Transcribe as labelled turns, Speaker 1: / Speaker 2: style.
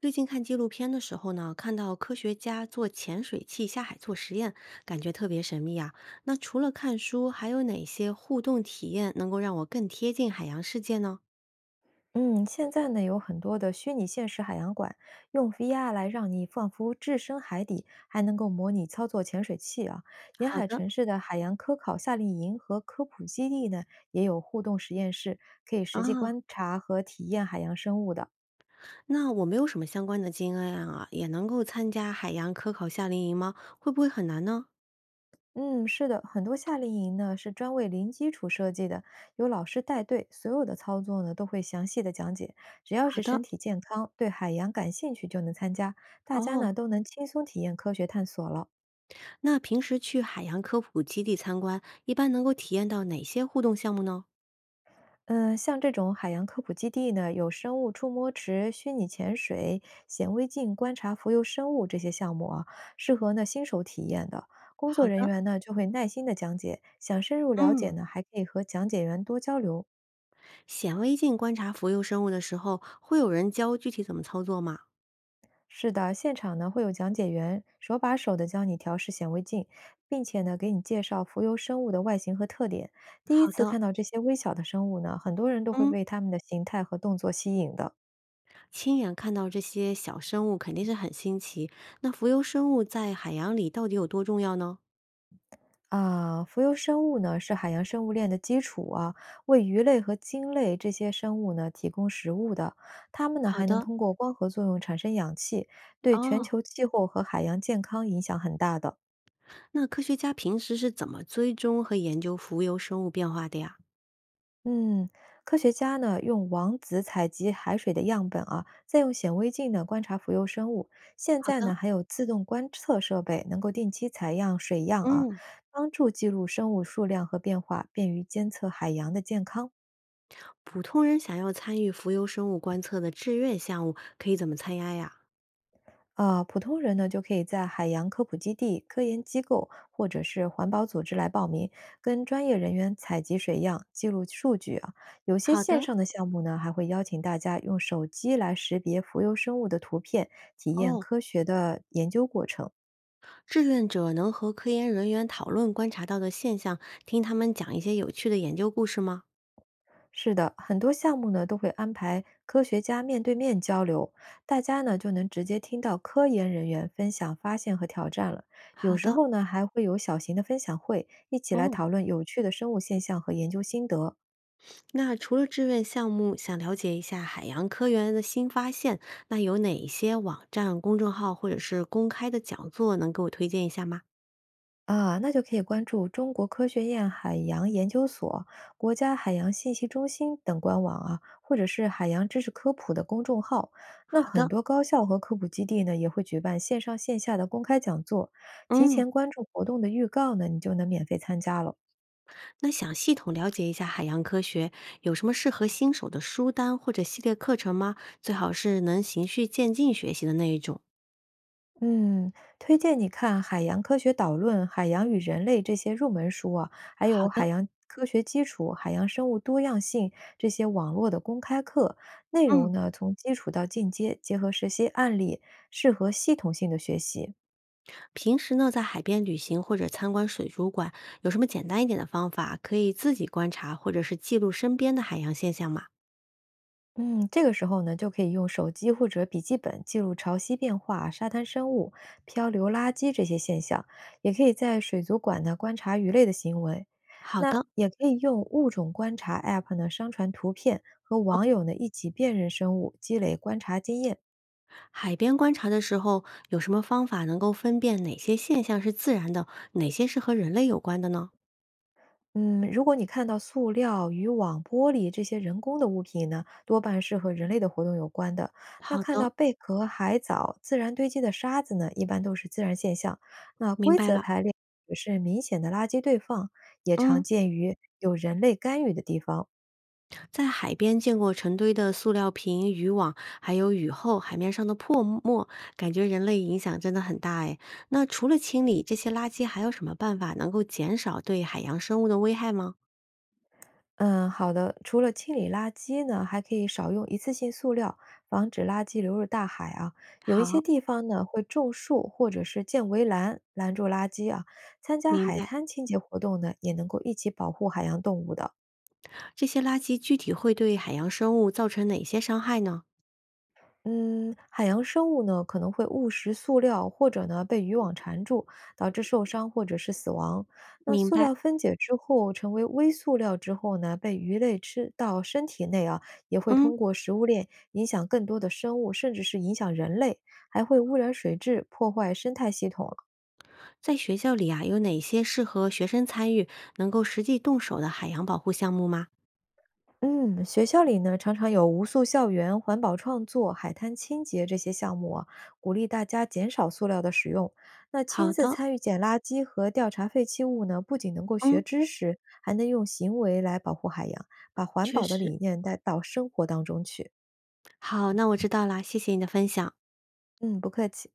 Speaker 1: 最近看纪录片的时候呢，看到科学家做潜水器下海做实验，感觉特别神秘啊。那除了看书，还有哪些互动体验能够让我更贴近海洋世界呢？
Speaker 2: 嗯，现在呢有很多的虚拟现实海洋馆，用 VR 来让你仿佛置身海底，还能够模拟操作潜水器啊。沿
Speaker 1: 好
Speaker 2: 海
Speaker 1: 的
Speaker 2: 城市的海洋科考夏令营和科普基地呢，也有互动实验室，可以实际
Speaker 1: 啊，
Speaker 2: 观察和体验海洋生物的。
Speaker 1: 那我没有什么相关的经验啊，也能够参加海洋科考夏令营吗？会不会很难呢？
Speaker 2: 嗯，是的，很多夏令营呢是专为零基础设计的，有老师带队，所有的操作呢都会详细的讲解。只要
Speaker 1: 好
Speaker 2: 是
Speaker 1: 的
Speaker 2: 身体健康，对海洋感兴趣就能参加，大家
Speaker 1: 哦，
Speaker 2: 呢都能轻松体验科学探索了。
Speaker 1: 那平时去海洋科普基地参观，一般能够体验到哪些互动项目呢？
Speaker 2: 嗯，像这种海洋科普基地呢，有生物触摸池、虚拟潜水、显微镜观察浮游生物这些项目啊，适合呢新手体验的。工作
Speaker 1: 好
Speaker 2: 人
Speaker 1: 的，
Speaker 2: 员呢就会耐心的讲解，想深入了解
Speaker 1: 嗯。
Speaker 2: 呢，还可以和讲解员多交流。
Speaker 1: 显微镜观察浮游生物的时候，会有人教具体怎么操作吗？
Speaker 2: 是的，现场呢会有讲解员手把手的教你调试显微镜，并且呢给你介绍浮游生物的外形和特点。第一
Speaker 1: 好
Speaker 2: 次
Speaker 1: 的，
Speaker 2: 看到这些微小的生物呢，很多人都会
Speaker 1: 嗯，
Speaker 2: 被它们的形态和动作吸引的。
Speaker 1: 亲眼看到这些小生物肯定是很新奇。那浮游生物在海洋里到底有多重要呢？
Speaker 2: 啊，浮游生物呢是海洋生物链的基础啊，为鱼类和鲸类这些生物呢提供食物的。它们呢
Speaker 1: 好
Speaker 2: 还能
Speaker 1: 的，
Speaker 2: 通过光合作用产生氧气，对全
Speaker 1: 哦，
Speaker 2: 球气候和海洋健康影响很大的。
Speaker 1: 那科学家平时是怎么追踪和研究浮游生物变化的呀？
Speaker 2: 嗯，科学家呢用网子采集海水的样本啊，再用显微镜呢观察浮游生物。现
Speaker 1: 好
Speaker 2: 在
Speaker 1: 的，
Speaker 2: 呢还有自动观测设备，能够定期采样水样啊，
Speaker 1: 嗯，
Speaker 2: 帮助记录生物数量和变化，便于监测海洋的健康。
Speaker 1: 普通人想要参与浮游生物观测的志愿项目，可以怎么参加呀？
Speaker 2: 啊，普通人呢就可以在海洋科普基地、科研机构或者是环保组织来报名，跟专业人员采集水样、记录数据啊。有些
Speaker 1: 好
Speaker 2: 线
Speaker 1: 的，
Speaker 2: 上的项目呢，还会邀请大家用手机来识别浮游生物的图片，体验
Speaker 1: 哦，
Speaker 2: 科学的研究过程。
Speaker 1: 志愿者能和科研人员讨论观察到的现象，听他们讲一些有趣的研究故事吗？
Speaker 2: 是的，很多项目呢都会安排科学家面对面交流，大家呢就能直接听到科研人员分享发现和挑战了。
Speaker 1: 好
Speaker 2: 有时
Speaker 1: 的，
Speaker 2: 候呢还会有小型的分享会，一起来
Speaker 1: 哦，
Speaker 2: 讨论有趣的生物现象和研究心得。
Speaker 1: 那除了志愿项目，想了解一下海洋科研的新发现，那有哪些网站、公众号或者是公开的讲座能给我推荐一下吗？
Speaker 2: 啊，那就可以关注中国科学院海洋研究所、国家海洋信息中心等官网啊，或者是海洋知识科普的公众号。那
Speaker 1: 好
Speaker 2: 很
Speaker 1: 的，
Speaker 2: 多高校和科普基地呢，也会举办线上线下的公开讲座，提
Speaker 1: 嗯，
Speaker 2: 前关注活动的预告呢，你就能免费参加了。
Speaker 1: 那想系统了解一下海洋科学，有什么适合新手的书单或者系列课程吗？最好是能循序渐进学习的那一种。
Speaker 2: 嗯，推荐你看《海洋科学导论》《海洋与人类》这些入门书啊，还有
Speaker 1: 好的，
Speaker 2: 《海洋科学基础》《海洋生物多样性》这些网络的公开课，内
Speaker 1: 嗯。
Speaker 2: 容呢从基础到进阶，结合实习案例，适合系统性的学习。
Speaker 1: 平时呢，在海边旅行或者参观水族馆，有什么简单一点的方法可以自己观察或者是记录身边的海洋现象吗？
Speaker 2: 嗯，这个时候呢，就可以用手机或者笔记本记录潮汐变化、沙滩生物、漂流垃圾这些现象，也可以在水族馆呢观察鱼类的行为。
Speaker 1: 好
Speaker 2: 那
Speaker 1: 的，
Speaker 2: 也可以用物种观察 App 呢上传图片，和网友呢一起辨认生物，积累观察经验。
Speaker 1: 海边观察的时候，有什么方法能够分辨哪些现象是自然的，哪些是和人类有关的呢？
Speaker 2: 嗯，如果你看到塑料、渔网、玻璃这些人工的物品呢，多半是和人类的活动有关的。那
Speaker 1: 好
Speaker 2: 看
Speaker 1: 的，
Speaker 2: 到贝壳、海藻、自然堆积的沙子呢，一般都是自然现象。那
Speaker 1: 明
Speaker 2: 规
Speaker 1: 白
Speaker 2: 则
Speaker 1: 了。
Speaker 2: 排列也是明显的垃圾堆放，也常
Speaker 1: 嗯，
Speaker 2: 见于有人类干预的地方。
Speaker 1: 在海边见过成堆的塑料瓶、渔网，还有雨后海面上的泡沫，感觉人类影响真的很大哎。那除了清理这些垃圾，还有什么办法能够减少对海洋生物的危害吗？
Speaker 2: 嗯，好的。除了清理垃圾呢，还可以少用一次性塑料，防止垃圾流入大海啊。有一些
Speaker 1: 好，
Speaker 2: 地方呢会种树或者是建围栏拦住垃圾啊。参加
Speaker 1: 明
Speaker 2: 海
Speaker 1: 白。
Speaker 2: 滩清洁活动呢，也能够一起保护海洋动物的。
Speaker 1: 这些垃圾具体会对海洋生物造成哪些伤害呢？
Speaker 2: 嗯，海洋生物呢可能会误食塑料，或者呢被渔网缠住，导致受伤或者是死亡。那
Speaker 1: 明
Speaker 2: 塑
Speaker 1: 白。
Speaker 2: 料分解之后成为微塑料之后呢，被鱼类吃到身体内啊，也会
Speaker 1: 嗯，
Speaker 2: 通过食物链影响更多的生物，甚至是影响人类，还会污染水质，破坏生态系统。
Speaker 1: 在学校里啊，有哪些适合学生参与、能够实际动手的海洋保护项目吗？
Speaker 2: 嗯，学校里呢，常常有无塑校园、环保创作、海滩清洁这些项目啊，鼓励大家减少塑料的使用。那
Speaker 1: 好
Speaker 2: 亲自
Speaker 1: 的，
Speaker 2: 参与捡垃圾和调查废弃物呢，不仅能够学
Speaker 1: 嗯，
Speaker 2: 知识，还能用行为来保护海洋，把环
Speaker 1: 确
Speaker 2: 保的
Speaker 1: 实。
Speaker 2: 理念带到生活当中去。
Speaker 1: 好，那我知道啦，谢谢你的分享。
Speaker 2: 嗯，不客气。